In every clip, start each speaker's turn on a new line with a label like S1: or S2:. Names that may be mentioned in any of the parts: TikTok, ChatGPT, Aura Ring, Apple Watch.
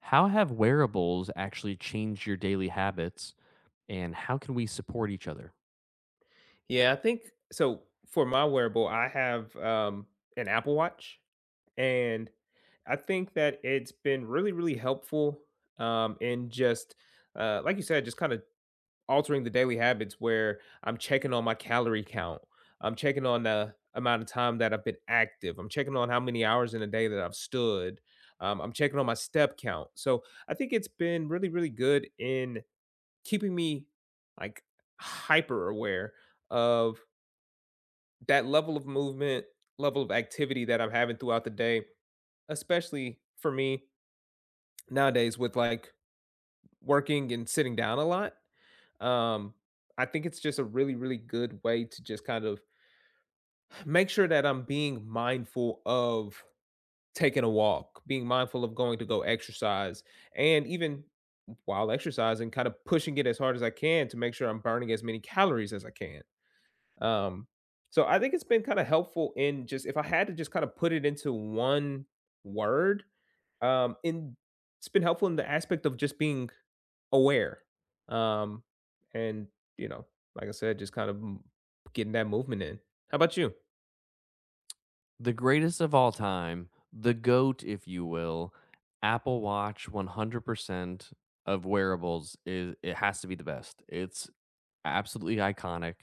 S1: How have wearables actually changed your daily habits and how can we support each other?
S2: Yeah, I think so for my wearable, I have, an Apple Watch, and I think that it's been really, really helpful, in just, like you said, just kinda altering the daily habits where I'm checking on my calorie count. I'm checking on the amount of time that I've been active. I'm checking on how many hours in a day that I've stood. I'm checking on my step count. So, I think it's been really, really good in keeping me, like, hyper aware of that level of movement, level of activity that I'm having throughout the day, especially for me nowadays with like working and sitting down a lot. um, I think it's just a really, really good way to just kind of make sure that I'm being mindful of taking a walk, being mindful of going to go exercise, and even while exercising, kind of pushing it as hard as I can to make sure I'm burning as many calories as I can. Um, so I think it's been kind of helpful in just if I had to just kind of put it into one word, in it's been helpful in the aspect of just being aware. Um, and you know, like I said, just kind of getting that movement in. How about you?
S1: The greatest of all time, the GOAT, if you will, Apple Watch 100% of wearables, is it has to be the best. It's absolutely iconic.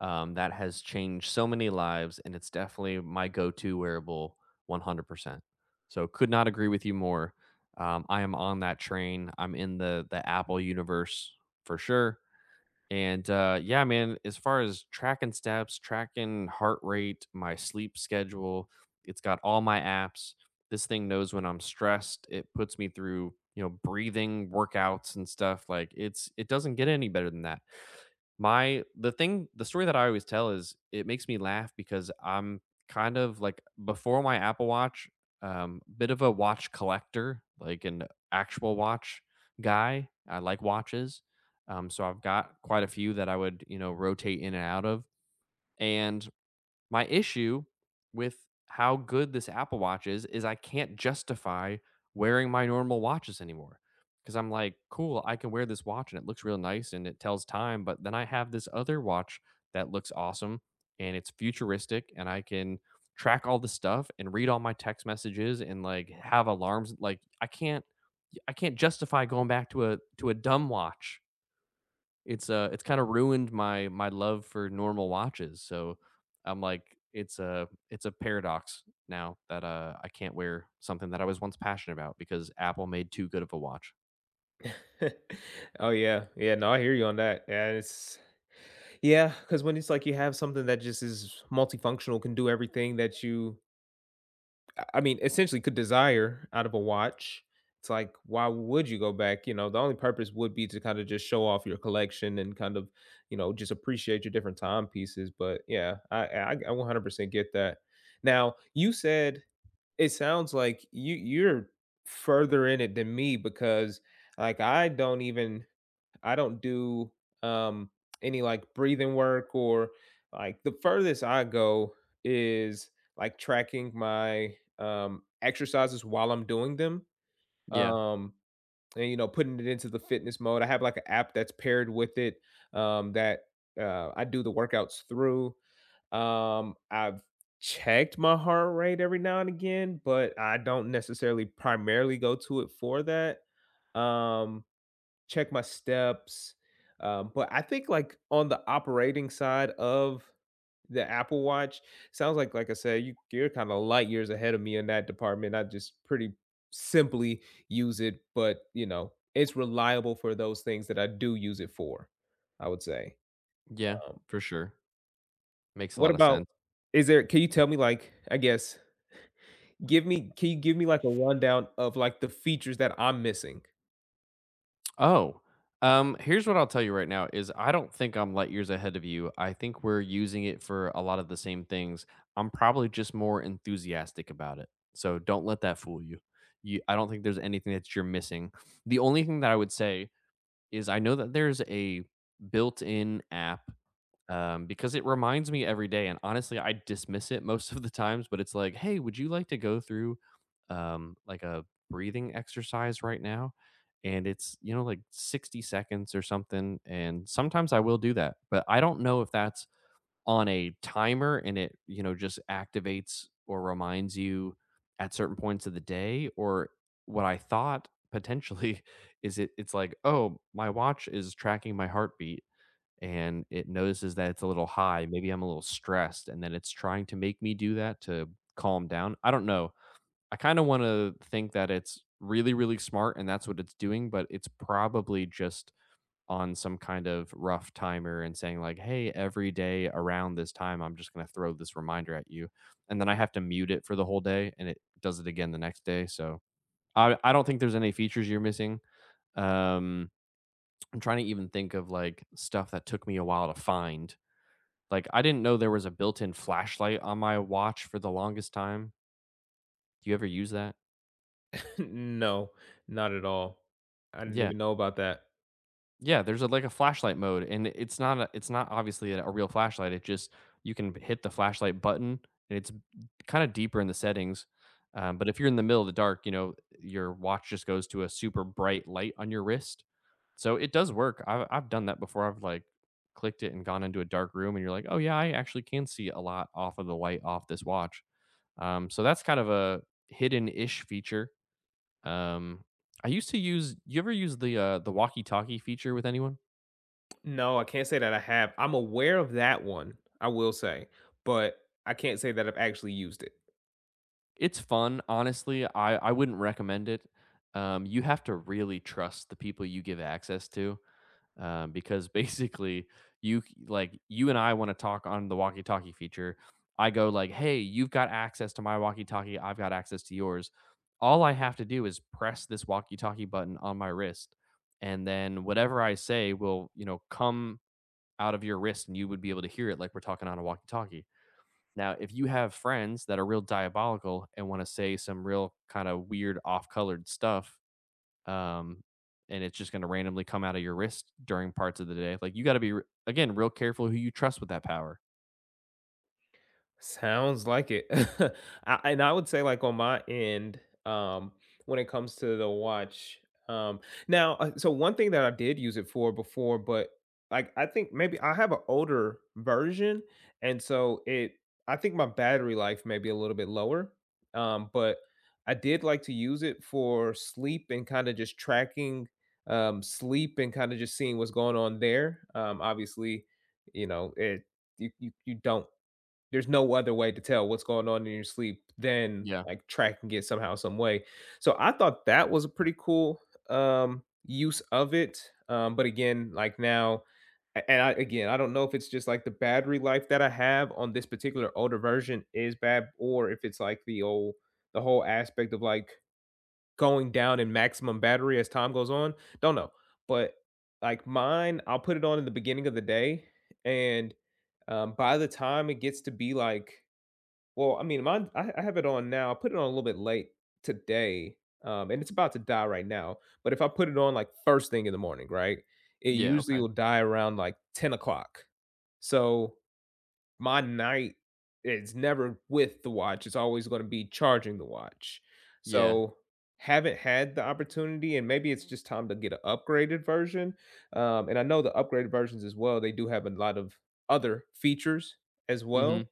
S1: That has changed so many lives, and it's definitely my go to wearable 100%. So, could not agree with you more. I am on that train. I'm in the Apple universe for sure. And yeah, man, as far as tracking steps, tracking heart rate, my sleep schedule, it's got all my apps. This thing knows when I'm stressed. It puts me through, you know, breathing workouts and stuff. Like it's, it doesn't get any better than that. The story that I always tell is it makes me laugh because I'm kind of like before my Apple Watch, bit of a watch collector, like an actual watch guy. I like watches, so I've got quite a few that I would, you know, rotate in and out of. And my issue with how good this Apple Watch is I can't justify wearing my normal watches anymore, because I'm like, cool, I can wear this watch and it looks real nice and it tells time, but then I have this other watch that looks awesome and it's futuristic and I can track all the stuff and read all my text messages and like have alarms. Like I can't justify going back to a dumb watch. It's it's kind of ruined my love for normal watches. So I'm like it's a paradox now that I can't wear something that I was once passionate about because Apple made too good of a watch.
S2: Oh yeah, yeah. No, I hear you on that. Yeah, because when it's like you have something that just is multifunctional, can do everything that you, I mean, essentially could desire out of a watch. It's like, why would you go back? You know, the only purpose would be to kind of just show off your collection and kind of, you know, just appreciate your different timepieces. But yeah, I 100% get that. Now, you said it sounds like you're further in it than me because like I don't even I don't do um any like breathing work, or like the furthest I go is like tracking my exercises while I'm doing them.
S1: Yeah.
S2: Um and you know, putting it into the fitness mode. I have like an app that's paired with it that I do the workouts through. I've checked my heart rate every now and again, but I don't necessarily primarily go to it for that. Um Check my steps. But I think like on the operating side of the Apple Watch, sounds like I said, you're kind of light years ahead of me in that department. I just pretty simply use it, but you know, it's reliable for those things that I do use it for, I would say.
S1: Yeah,
S2: Um,
S1: for sure. Makes a
S2: what
S1: lot of
S2: about,
S1: sense.
S2: is there, can you tell me, like I guess give me, can you give me like a rundown of like the features that I'm missing?
S1: Oh, here's what I'll tell you right now is I don't think I'm light years ahead of you. I think we're using it for a lot of the same things. I'm probably just more enthusiastic about it. So don't let that fool you. You, I don't think there's anything that you're missing. The only thing that I would say is I know that there's a built-in app, because it reminds me every day. And honestly, I dismiss it most of the times, but it's like, hey, would you like to go through, like, a breathing exercise right now? And it's, you know, like 60 seconds or something. And sometimes I will do that, but I don't know if that's on a timer and it, you know, just activates or reminds you at certain points of the day, or what I thought potentially is it's like, oh, my watch is tracking my heartbeat and it notices that it's a little high. Maybe I'm a little stressed, and then it's trying to make me do that to calm down. I don't know. I kind of want to think that it's really, really smart and that's what it's doing, but it's probably just on some kind of rough timer and saying, like, hey, every day around this time, I'm just going to throw this reminder at you. And then I have to mute it for the whole day and it does it again the next day. So I don't think there's any features you're missing. Um, I'm trying to even think of like stuff that took me a while to find. Like I didn't know there was a built-in flashlight on my watch for the longest time. Do you ever use that?
S2: No, not at all. I didn't
S1: Yeah.
S2: even know about that.
S1: Yeah, there's a like a flashlight mode, and it's not a, it's not obviously a real flashlight. It just, you can hit the flashlight button and it's kind of deeper in the settings. But if you're in the middle of the dark, you know, your watch just goes to a super bright light on your wrist. So it does work. I've done that before. I've like clicked it and gone into a dark room and you're like, oh yeah, I actually can see a lot off of the light off this watch. So that's kind of a hidden-ish feature. Um, I used to use, you ever use the walkie-talkie feature with anyone?
S2: No, I can't say that I have. I'm aware of that one, I will say, but I can't say that I've actually used it.
S1: It's fun, honestly, I wouldn't recommend it. You have to really trust the people you give access to. Because basically you like you and I want to talk on the walkie-talkie feature. I go like, "Hey, you've got access to my walkie-talkie. I've got access to yours. All I have to do is press this walkie-talkie button on my wrist, and then whatever I say will, you know, come out of your wrist, and you would be able to hear it like we're talking on a walkie-talkie." Now, if you have friends that are real diabolical and want to say some real kind of weird off-colored stuff, um, and it's just going to randomly come out of your wrist during parts of the day. Like you got to be again real careful who you trust with that power.
S2: Sounds like it. I and I would say, like, on my end, when it comes to the watch, um now, so one thing that I did use it for before, but, like, I think maybe I have an older version, and so it I think my battery life may be a little bit lower, but I did like to use it for sleep and kinda just tracking, sleep and kinda just seeing what's going on there. Obviously, you know, it you you you don't, there's no other way to tell what's going on in your sleep than
S1: Yeah.
S2: like tracking it somehow, some way. So I thought that was a pretty cool use of it. But again, like now, and I, again, I don't know if it's just like the battery life that I have on this particular older version is bad, or if it's like the whole aspect of like going down in maximum battery as time goes on. Don't know, but like mine, I'll put it on in the beginning of the day, and by the time it gets to be like, well, I mean, mine, I have it on now. I put it on a little bit late today, and it's about to die right now. But if I put it on like first thing in the morning, right, it
S1: Yeah.
S2: usually
S1: Okay.
S2: will die around like 10 o'clock. So my night is never with the watch, it's always gonna be charging the watch.
S1: Yeah.
S2: So, haven't had the opportunity, and maybe it's just time to get an upgraded version, and I know the upgraded versions as well, they do have a lot of other features as
S1: hmm
S2: well,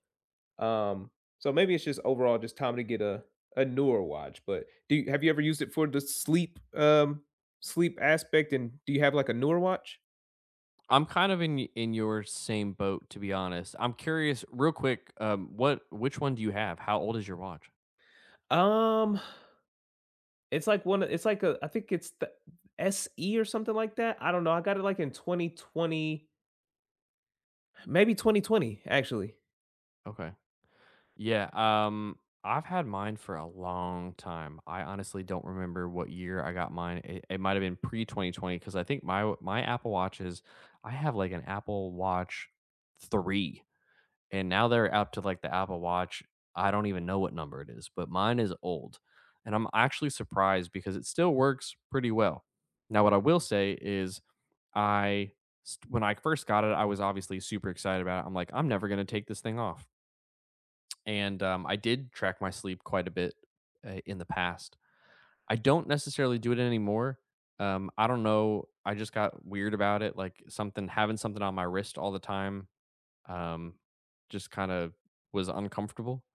S2: um, so maybe it's just overall just time to get a newer watch. But do you, have you ever used it for the sleep, sleep aspect, and do you have, like, a newer watch?
S1: I'm kind of in in your same boat to be honest. I'm curious, real quick. What, which one do you have? How old is your watch?
S2: Um It's like one it's like a I think it's the SE or something like that. I don't know. I got it like in 2020, maybe 2020 actually.
S1: Okay. Yeah. I've had mine for a long time. I honestly don't remember what year I got mine. It might have been pre 2020, because I think my Apple Watch is. I have like an Apple Watch three, and now they're up to like the Apple Watch. I don't even know what number it is, but mine is old. And I'm actually surprised because it still works pretty well. Now, what I will say is, I, when I first got it, I was obviously super excited about it. I'm like, I'm never going to take this thing off. And I did track my sleep quite a bit in the past. I don't necessarily do it anymore. I don't know. I just got weird about it. Like having something on my wrist all the time, um, just kinda was uncomfortable.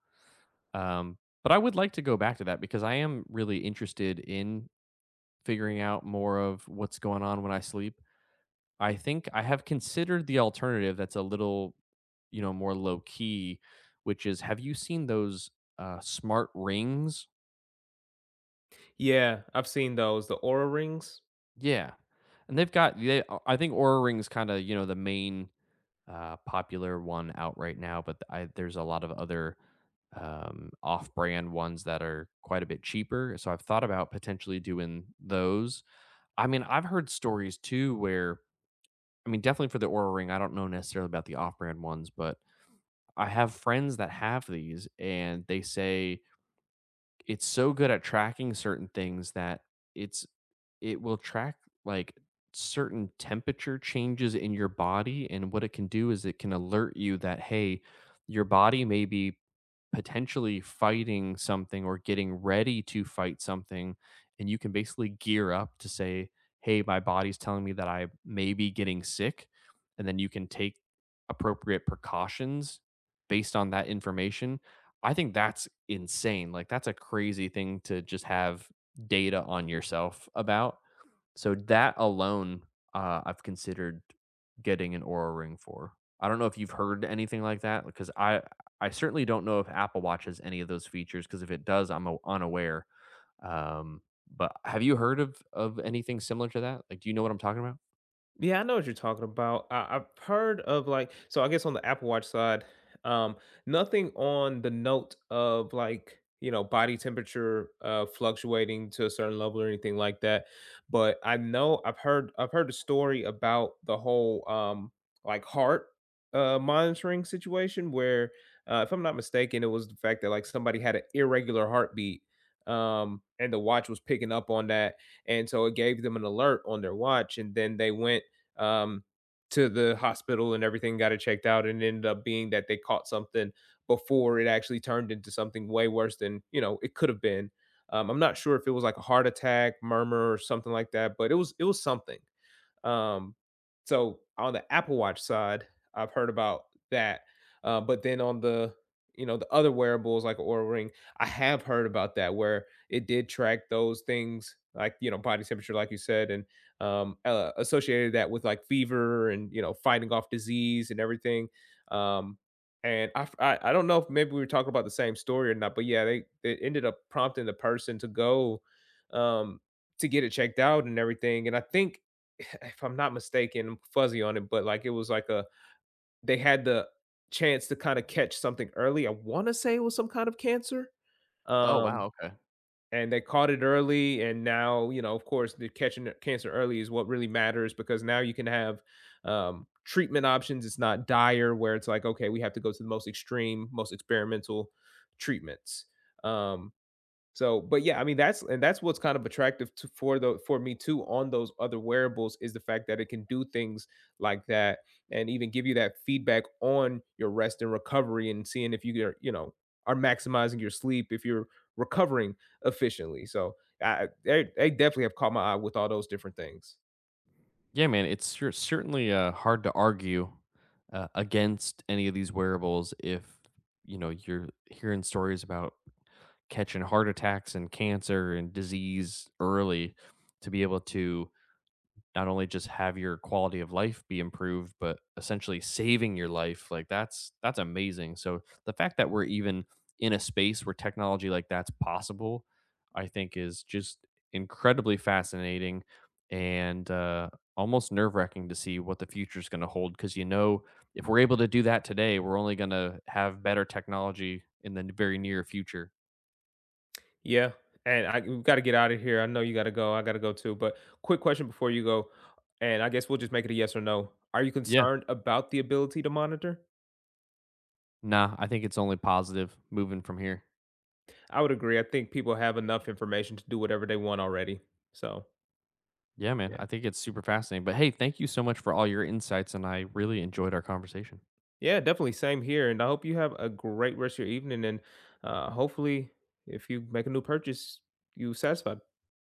S1: Um, but I would like to go back to that because I am really interested in figuring out more of what's going on when I sleep. I think I have considered the alternative that's a little, you know, more low key, which is have you seen those, smart rings?
S2: Yeah, I've seen those, the aura Rings.
S1: Yeah, and they've got they I think Aura Ring's kinda, you know, the main, popular one out right now, but there's a lot of other, off-brand ones that are quite a bit cheaper. So I've thought about potentially doing those. I mean, I've heard stories too where, I mean, definitely for the Aura Ring, I don't know necessarily about the off-brand ones, but I have friends that have these, and they say it's so good at tracking certain things that it's it will track like certain temperature changes in your body, and what it can do is it can alert you that, hey, your body may be potentially fighting something or getting ready to fight something, and you can basically gear up to say, hey, my body's telling me that I may be getting sick, and then you can take appropriate precautions based on that information. I think that's insane. Like that's a crazy thing to just have data on yourself about. So that alone, I've considered getting an Aura Ring for. I don't know if you've heard anything like that, because I certainly don't know if Apple Watch has any of those features, because if it does, I'm unaware. Um, but have you heard of anything similar to that? Like, do you know what I'm talking about?
S2: Yeah, I know what you're talking about. I've heard of like, so I guess on the Apple Watch side, um, nothing on the note of like, you know, body temperature fluctuating to a certain level or anything like that. But I know I've heard a story about the whole like heart monitoring situation where if I'm not mistaken, it was the fact that like somebody had an irregular heartbeat and the watch was picking up on that, and so it gave them an alert on their watch, and then they went um, to the hospital and everything, got it checked out, and it ended up being that they caught something before it actually turned into something way worse than, you know, it could have been. I'm not sure if it was like a heart attack, murmur, or something like that, but it was something. Um, so on the Apple Watch side, I've heard about that. But then on the, you know, the other wearables like Aura Ring, I have heard about that where it did track those things like, you know, body temperature, like you said, and associated that with like fever and, you know, fighting off disease and everything. Um, and I, f- I don't know if maybe we were talking about the same story or not, but yeah, they it ended up prompting the person to go um, to get it checked out and everything. And I think if I'm not mistaken, I'm fuzzy on it, but like it was like a they had the chance to kind of catch something early. I want to say it was some kind of cancer.
S1: Oh wow,
S2: Um,
S1: okay.
S2: and they caught it early, and now, you know, of course, the cancer early is what really matters, because now you can have treatment options. It's not dire where it's like, okay, we have to go to the most extreme, most experimental treatments. Um, so, but yeah, I mean that's, and that's what's kind of attractive to, for the, for me too on those other wearables, is the fact that it can do things like that, and even give you that feedback on your rest and recovery, and seeing if you are, you know, are maximizing your sleep, if you're recovering efficiently. So I they definitely have caught my eye with all those different things.
S1: Yeah, man, it's certainly hard to argue against any of these wearables if, you know, you're hearing stories about catching heart attacks and cancer and disease early, to be able to not only just have your quality of life be improved but essentially saving your life. Like that's amazing. So the fact that we're even in a space where technology like that's possible, I think is just incredibly fascinating, and almost nerve-wracking to see what the future is going to hold, because, you know, if we're able to do that today, we're only going to have better technology in the very near future.
S2: Yeah, and I we got to get out of here. I know you got to go. I got to go too. But quick question before you go, and I guess we'll just make it a yes or no. Are you
S1: Yeah,
S2: concerned about the ability to monitor?
S1: nah, I think it's only positive moving from here.
S2: I would agree. I think people have enough information to do whatever they want already. So,
S1: Yeah, man.
S2: yeah.
S1: I think it's super fascinating. But hey, thank you so much for all your insights, and I really enjoyed our conversation.
S2: Yeah, definitely. Same here. And I hope you have a great rest of your evening. And hopefully, if you make a new purchase, you satisfy